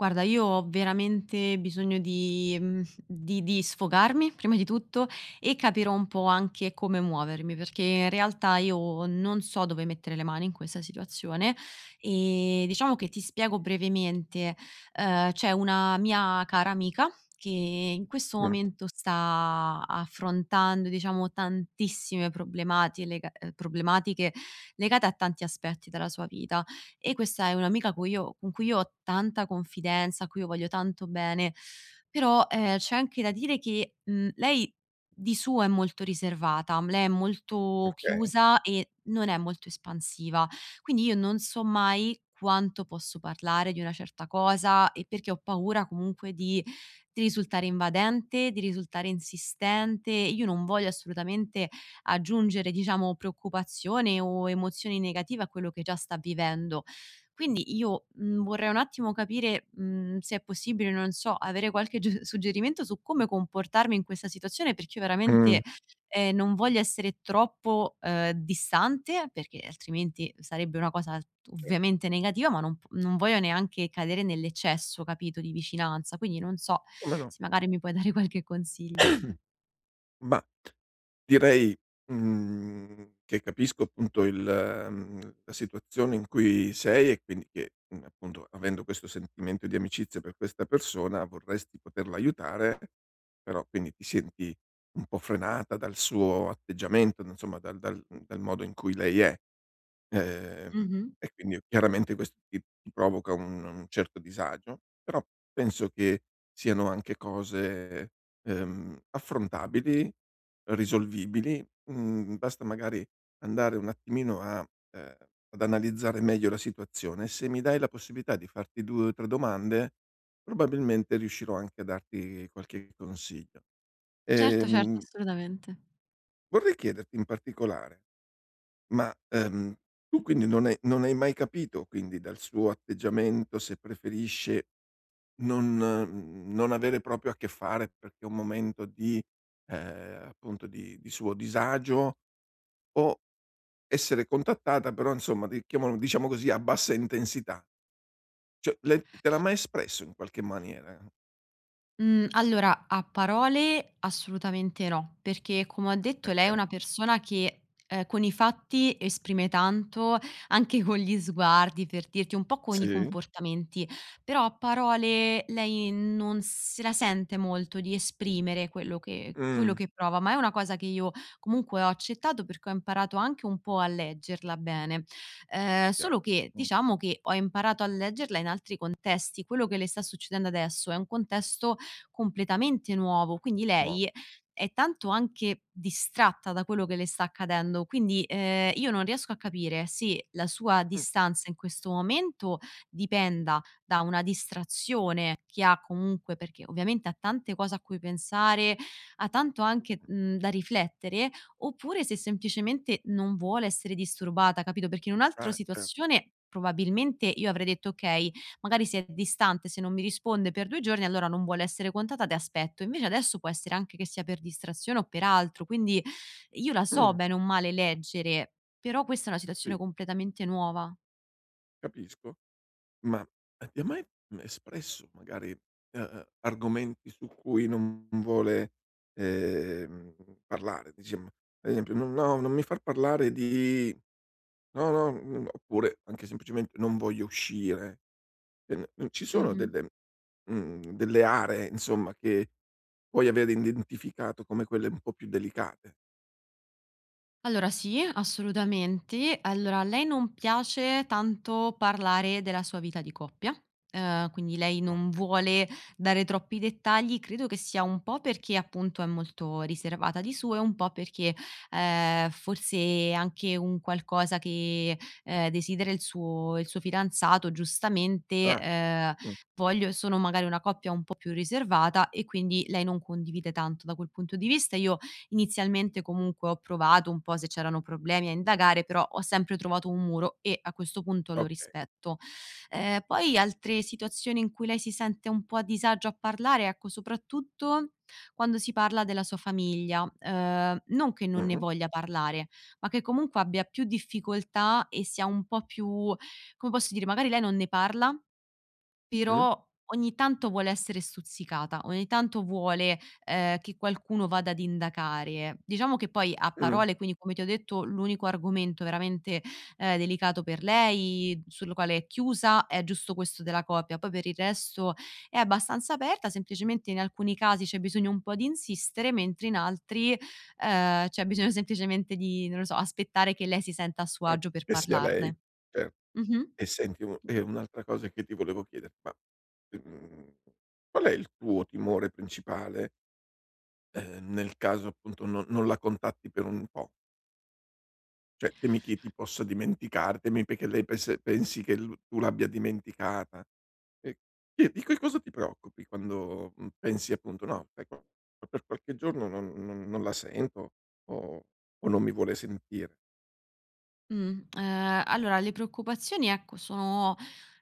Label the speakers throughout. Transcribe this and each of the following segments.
Speaker 1: Guarda, io ho veramente bisogno di sfogarmi prima di tutto e capirò un po' anche come muovermi, perché in realtà io non so dove mettere le mani in questa situazione. E diciamo che ti spiego brevemente: c'è una mia cara amica che in questo
Speaker 2: Mh,
Speaker 1: momento sta affrontando, diciamo, tantissime problemati lega problematiche legate a tanti aspetti della sua vita e questa è un'amica cui io con cui io ho tanta confidenza, a cui io voglio tanto bene, però, c'è anche da dire che, lei di suo è molto riservata, lei è molto
Speaker 2: okay.
Speaker 1: chiusa e non è molto espansiva. Quindi io non so mai quanto posso parlare di una certa cosa e perché ho paura comunque di risultare invadente, di risultare insistente. Io non voglio assolutamente aggiungere, diciamo, preoccupazione o emozioni negative a quello che già sta vivendo. Quindi io, vorrei un attimo capire, se è possibile, non so, avere qualche ge suggerimento su come comportarmi in questa situazione, perché io
Speaker 2: Mh,
Speaker 1: veramente, non voglio essere troppo, distante, perché altrimenti sarebbe una cosa
Speaker 2: certo,
Speaker 1: ovviamente negativa, ma non voglio neanche cadere nell'eccesso, capito, di vicinanza. Quindi non so
Speaker 2: come no.
Speaker 1: se magari mi puoi dare qualche consiglio.
Speaker 2: Ma direi, che capisco appunto la situazione in cui sei e quindi che, appunto avendo questo sentimento di amicizia per questa persona vorresti poterla aiutare, però quindi ti senti un po' frenata dal suo atteggiamento, d insomma dal dal modo in cui lei è. Ehm,
Speaker 1: Mh-mh.
Speaker 2: e quindi chiaramente questo ti provoca un certo disagio, però penso che siano anche cose, affrontabili, risolvibili. Mhmm, basta magari andare un attimino a ehm, ad analizzare meglio la situazione. Se mi dai la possibilità di farti 2 o 3 domande, probabilmente riuscirò anche a darti qualche consiglio.
Speaker 1: Certo, certo,
Speaker 2: Ehm,
Speaker 1: assolutamente.
Speaker 2: vorrei chiederti in particolare ma, tu quindi non hai mai capito quindi dal suo atteggiamento se preferisce non avere proprio a che fare perché è un momento di appunto di suo disagio o essere contattata però insomma di chiamalo diciamo così a bassa intensità? Cioè le te l'ha mai espresso in qualche maniera?
Speaker 1: Mhmm, allora a parole assolutamente no, perché come ho detto lei è
Speaker 2: Okay,
Speaker 1: una persona che, con i fatti esprime tanto, anche con gli sguardi per dirti, un po' con i
Speaker 2: sì.
Speaker 1: comportamenti, però a parole lei non se la sente molto di esprimere quello che quello
Speaker 2: Mh,
Speaker 1: che prova, ma è una cosa che io comunque ho accettato perché ho imparato anche un po' a leggerla bene.
Speaker 2: chiaro.
Speaker 1: Solo che
Speaker 2: Mh,
Speaker 1: diciamo che ho imparato a leggerla in altri contesti. Quello che le sta succedendo adesso è un contesto completamente nuovo. Quindi
Speaker 2: no.
Speaker 1: lei è tanto anche distratta da quello che le sta accadendo, quindi, io non riesco a capire se la sua
Speaker 2: Mh,
Speaker 1: distanza in questo momento dipenda da una distrazione che ha comunque perché ovviamente ha tante cose a cui pensare, ha tanto anche, da riflettere, oppure se semplicemente non vuole essere disturbata, capito? Perché in un'altra
Speaker 2: ah, cer
Speaker 1: situazione probabilmente io avrei detto: "Okay, magari se è distante, se non mi risponde per 2 giorni, allora non vuole essere contattata e aspetto. Invece adesso può essere anche che sia per distrazione o per altro, quindi io la so
Speaker 2: mh,
Speaker 1: bene o male leggere, però questa è una
Speaker 2: sì,
Speaker 1: situazione completamente nuova.
Speaker 2: capisco. Ma ti ha mai, espresso magari, argomenti su cui non vuole, ehm, parlare? Dici, ad esempio: "No, no, non mi far parlare di" no, no, oppure anche semplicemente: "Non voglio uscire." N ci sono
Speaker 1: Mh-mh.
Speaker 2: delle delle aree insomma che puoi aver identificato come quelle un po' più delicate?
Speaker 1: Allora sì, assolutamente. Allora a lei non piace tanto parlare della sua vita di coppia, quindi lei non
Speaker 2: Okay.
Speaker 1: vuole dare troppi dettagli, credo che sia un po' perché appunto è molto riservata di suo e un po' perché, forse è anche un qualcosa che, desidera il suo fidanzato giustamente,
Speaker 2: Ah, mh,
Speaker 1: voglio sono magari una coppia un po' più riservata e quindi lei non condivide tanto da quel punto di vista. Io Inizialmente comunque ho provato un po' se c'erano problemi a indagare, però ho sempre trovato un muro e a questo punto lo
Speaker 2: okay.
Speaker 1: rispetto. Poi altre situazioni in cui lei si sente un po' a disagio a parlare, ecco, soprattutto quando si parla della sua famiglia, non che non ne
Speaker 2: Mh-mh,
Speaker 1: voglia parlare, ma che comunque abbia più difficoltà e sia un po' più come posso dire, magari lei non ne parla
Speaker 2: mh,
Speaker 1: però ogni tanto vuole essere stuzzicata, ogni tanto vuole, che qualcuno vada ad indagare. Diciamo che poi a
Speaker 2: mh,
Speaker 1: parole, quindi come ti ho detto, l'unico argomento veramente, delicato per lei, sul quale è chiusa, è giusto questo della coppia. Poi per il resto è abbastanza aperta, semplicemente in alcuni casi c'è bisogno un po' di insistere, mentre in altri, c'è bisogno semplicemente di, non lo so, aspettare che lei si senta a suo
Speaker 2: o
Speaker 1: agio per
Speaker 2: che sia lei,
Speaker 1: parlarne.
Speaker 2: cer.
Speaker 1: Mh-mh.
Speaker 2: E senti u e un'altra cosa che ti volevo chiedere, ma, mhmm, qual è il tuo timore principale, nel caso appunto non la contatti per un po'? Cioè temi che ti possa dimenticare, temi perché lei pes pensi che l tu l'abbia dimenticata. Ehm, e di che cosa ti preoccupi quando, pensi appunto: "No, ecco, per qualche giorno non la sento o o non mi vuole sentire."
Speaker 1: Mh, allora le preoccupazioni, ecco, sono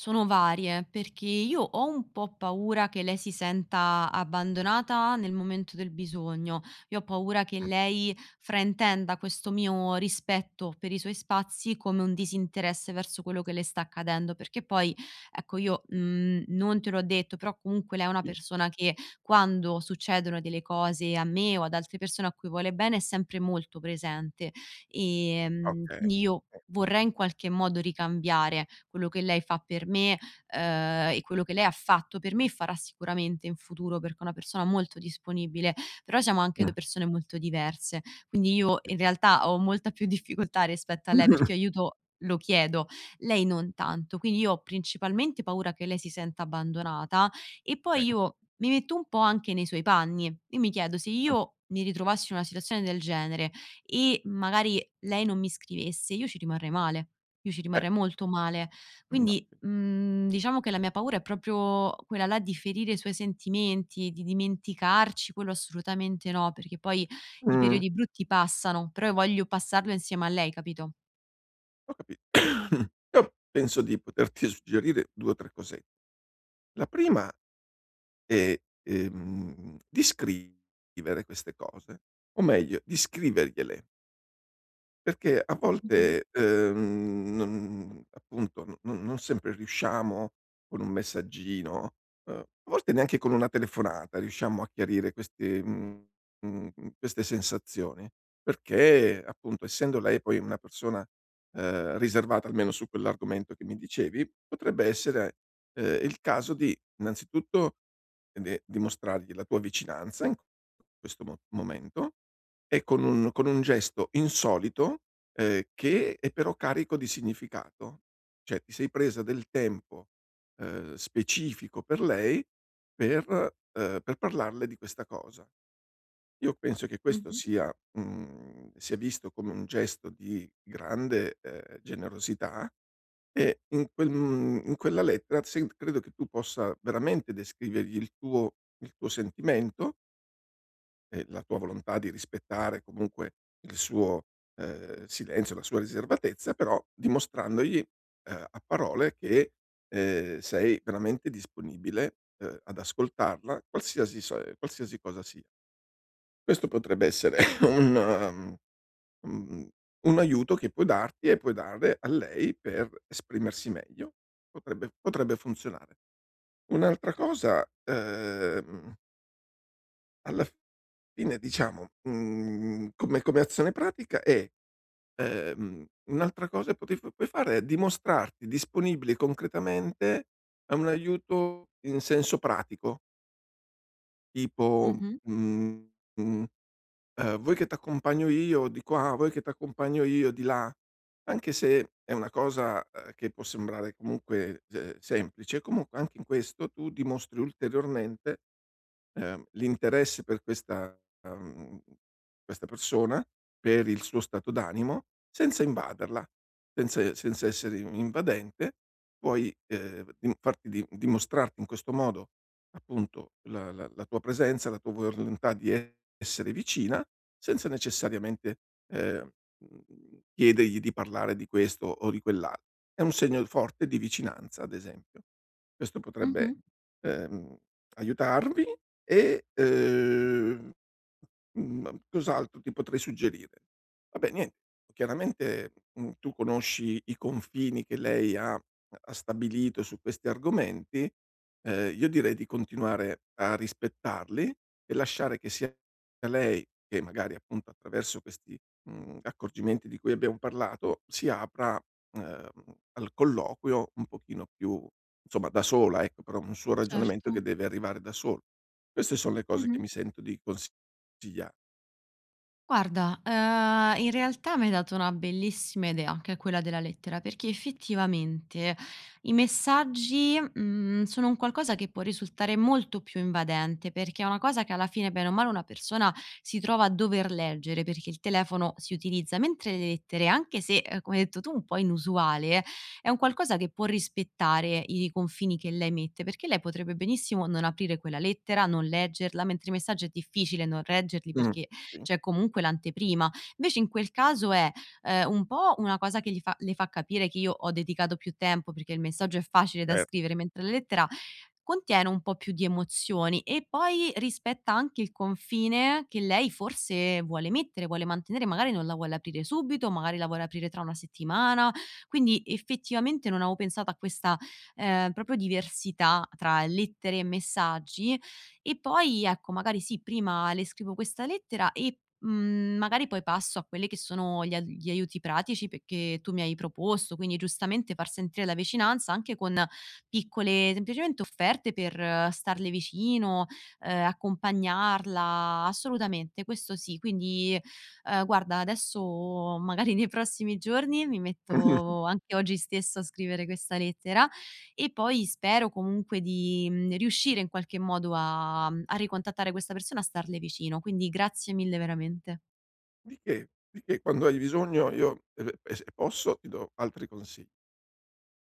Speaker 1: sono varie, perché io ho un po' paura che lei si senta abbandonata nel momento del bisogno. Io ho paura che
Speaker 2: Mh,
Speaker 1: lei fraintenda questo mio rispetto per i suoi spazi come un disinteresse verso quello che le sta accadendo, perché poi, ecco, io, non te l'ho detto, però comunque lei è una
Speaker 2: sì,
Speaker 1: persona che quando succedono delle cose a me o ad altre persone a cui vuole bene è sempre molto presente.
Speaker 2: okay.
Speaker 1: Quindi io
Speaker 2: Eh,
Speaker 1: vorrei in qualche modo ricambiare quello che lei fa per me, e quello che lei ha fatto per me e farà sicuramente in futuro, perché è una persona molto disponibile, però siamo anche
Speaker 2: mh,
Speaker 1: 2 persone molto diverse. Quindi io in
Speaker 2: sì.
Speaker 1: realtà ho molta più difficoltà rispetto a lei, perché io aiuto lo chiedo, lei non tanto. Quindi io ho principalmente paura che lei si senta abbandonata e poi
Speaker 2: Okay.
Speaker 1: io mi metto un po' anche nei suoi panni e mi chiedo: se io mi ritrovassi in una situazione del genere e magari lei non mi scrivesse, io ci rimarrei male, io ci
Speaker 2: Eh,
Speaker 1: rimarrei molto male. Quindi,
Speaker 2: immagino.
Speaker 1: diciamo che la mia paura è proprio quella là di ferire i suoi sentimenti, di dimenticarci, quello assolutamente no, perché poi i
Speaker 2: Mh,
Speaker 1: periodi brutti passano, però io voglio passarlo insieme a lei, capito?
Speaker 2: ho capito. Io penso di poterti suggerire 2 o 3 cosette. La prima è, di scrivere queste cose, o meglio di scrivergliele. Perché a
Speaker 1: Mh-mh,
Speaker 2: volte, non appunto, no non sempre riusciamo con un messaggino, a volte neanche con una telefonata riusciamo a chiarire queste mhmm, queste sensazioni, perché appunto essendo lei poi una persona, riservata almeno su quell'argomento che mi dicevi, potrebbe essere, il caso di innanzitutto de dimostrargli la tua vicinanza in questo mo momento e con un gesto insolito, che è però carico di significato. Cioè ti sei presa del tempo, specifico per lei per per parlarle di questa cosa. Io penso che questo
Speaker 1: mh-mh,
Speaker 2: sia sia visto come un gesto di grande, generosità e in in quella lettera sen credo che tu possa veramente descrivergli il tuo sentimento e la tua volontà di rispettare comunque il suo, silenzio, la sua riservatezza, però dimostrandogli, a parole che, sei veramente disponibile, ad ascoltarla qualsiasi cosa sia. Questo potrebbe essere un mhmm, un aiuto che puoi darti e puoi dare a lei per esprimersi meglio. Potrebbe funzionare. Un'altra cosa, alla f fine diciamo, come come azione pratica è un'altra cosa che potevi puoi fare è dimostrarti disponibile concretamente a un aiuto in senso pratico, tipo,
Speaker 1: mh-mh,
Speaker 2: mhmm, mhmm, "Vuoi che t'accompagno io di qua? Vuoi che t'accompagno io di là?" Anche se è una cosa, che può sembrare comunque, semplice, comunque anche in questo tu dimostri ulteriormente l'interesse per questa questa persona, per il suo stato d'animo, senza invaderla, senza essere invadente, puoi, dim farti di dimostrarti in questo modo, appunto, la tua presenza, la tua volontà di essere vicina, senza necessariamente, ehm, chiedergli di parlare di questo o di quell'al È un segno forte di vicinanza, ad esempio. Questo
Speaker 1: mh-mh,
Speaker 2: potrebbe, ehm, aiutarvi e, cos'altro ti potrei suggerire? Vabbè nient Chiaramente, tu conosci i confini che lei ha stabilito su questi argomenti, io direi di continuare a rispettarli e lasciare che sia lei che magari appunto attraverso questi, accorgimenti di cui abbiamo parlato, si apra, ehm, al colloquio un pochino più insomma da sola ecco, però un suo
Speaker 1: certo,
Speaker 2: ragionamento che deve arrivare da sol queste son le cose che
Speaker 1: mh-mh.
Speaker 2: mi sento di consigliare.
Speaker 1: Guarda, in realtà m'hai dato una bellissima idea, che è quella della lettera, perché effettivamente i messaggi, sono un qualcosa che può risultare molto più invadente, perché è una cosa che alla fine, bene o male, una persona si trova a dover leggere, perché il telefono si utilizza, mentre le lettere, anche se, come hai detto tu, un po' inusuale, è un qualcosa che può rispettare i confini che lei mette, perché lei potrebbe benissimo non aprire quella lettera, non leggerla, mentre i messaggi è difficile non leggerli
Speaker 2: Mh.
Speaker 1: perché
Speaker 2: Sì,
Speaker 1: c'è comunque l'anteprima. Invece in quel caso è, un po' una cosa che gli fa le fa capire che io ho dedicato più tempo, perché il messaggio è facile da
Speaker 2: cer.
Speaker 1: scrivere, mentre la lettera contiene un po' più di emozioni e poi rispetta anche il confine che lei forse vuole mettere, vuole mantenere, magari non la vuole aprire subito, magari la vuole aprire tra 1 settimana. Quindi effettivamente non avevo pensato a questa, proprio diversità tra lettere e messaggi, e poi ecco, magari sì, prima le scrivo questa lettera e, magari poi passo a quelli che sono gli aiuti pratici perché tu mi hai proposto, quindi giustamente far sentire la vicinanza anche con piccole semplicemente offerte per starle vicino, accompagnarla, assolutamente, questo sì. Quindi, guarda adesso magari nei prossimi giorni mi metto anche oggi stesso a scrivere questa lettera e poi spero comunque di, riuscire in qualche modo a a ricontattare questa persona, a starle vicino. Quindi grazie mille veramente.
Speaker 2: Di che, di che, quando hai bisogno io e se posso ti do altri consigli.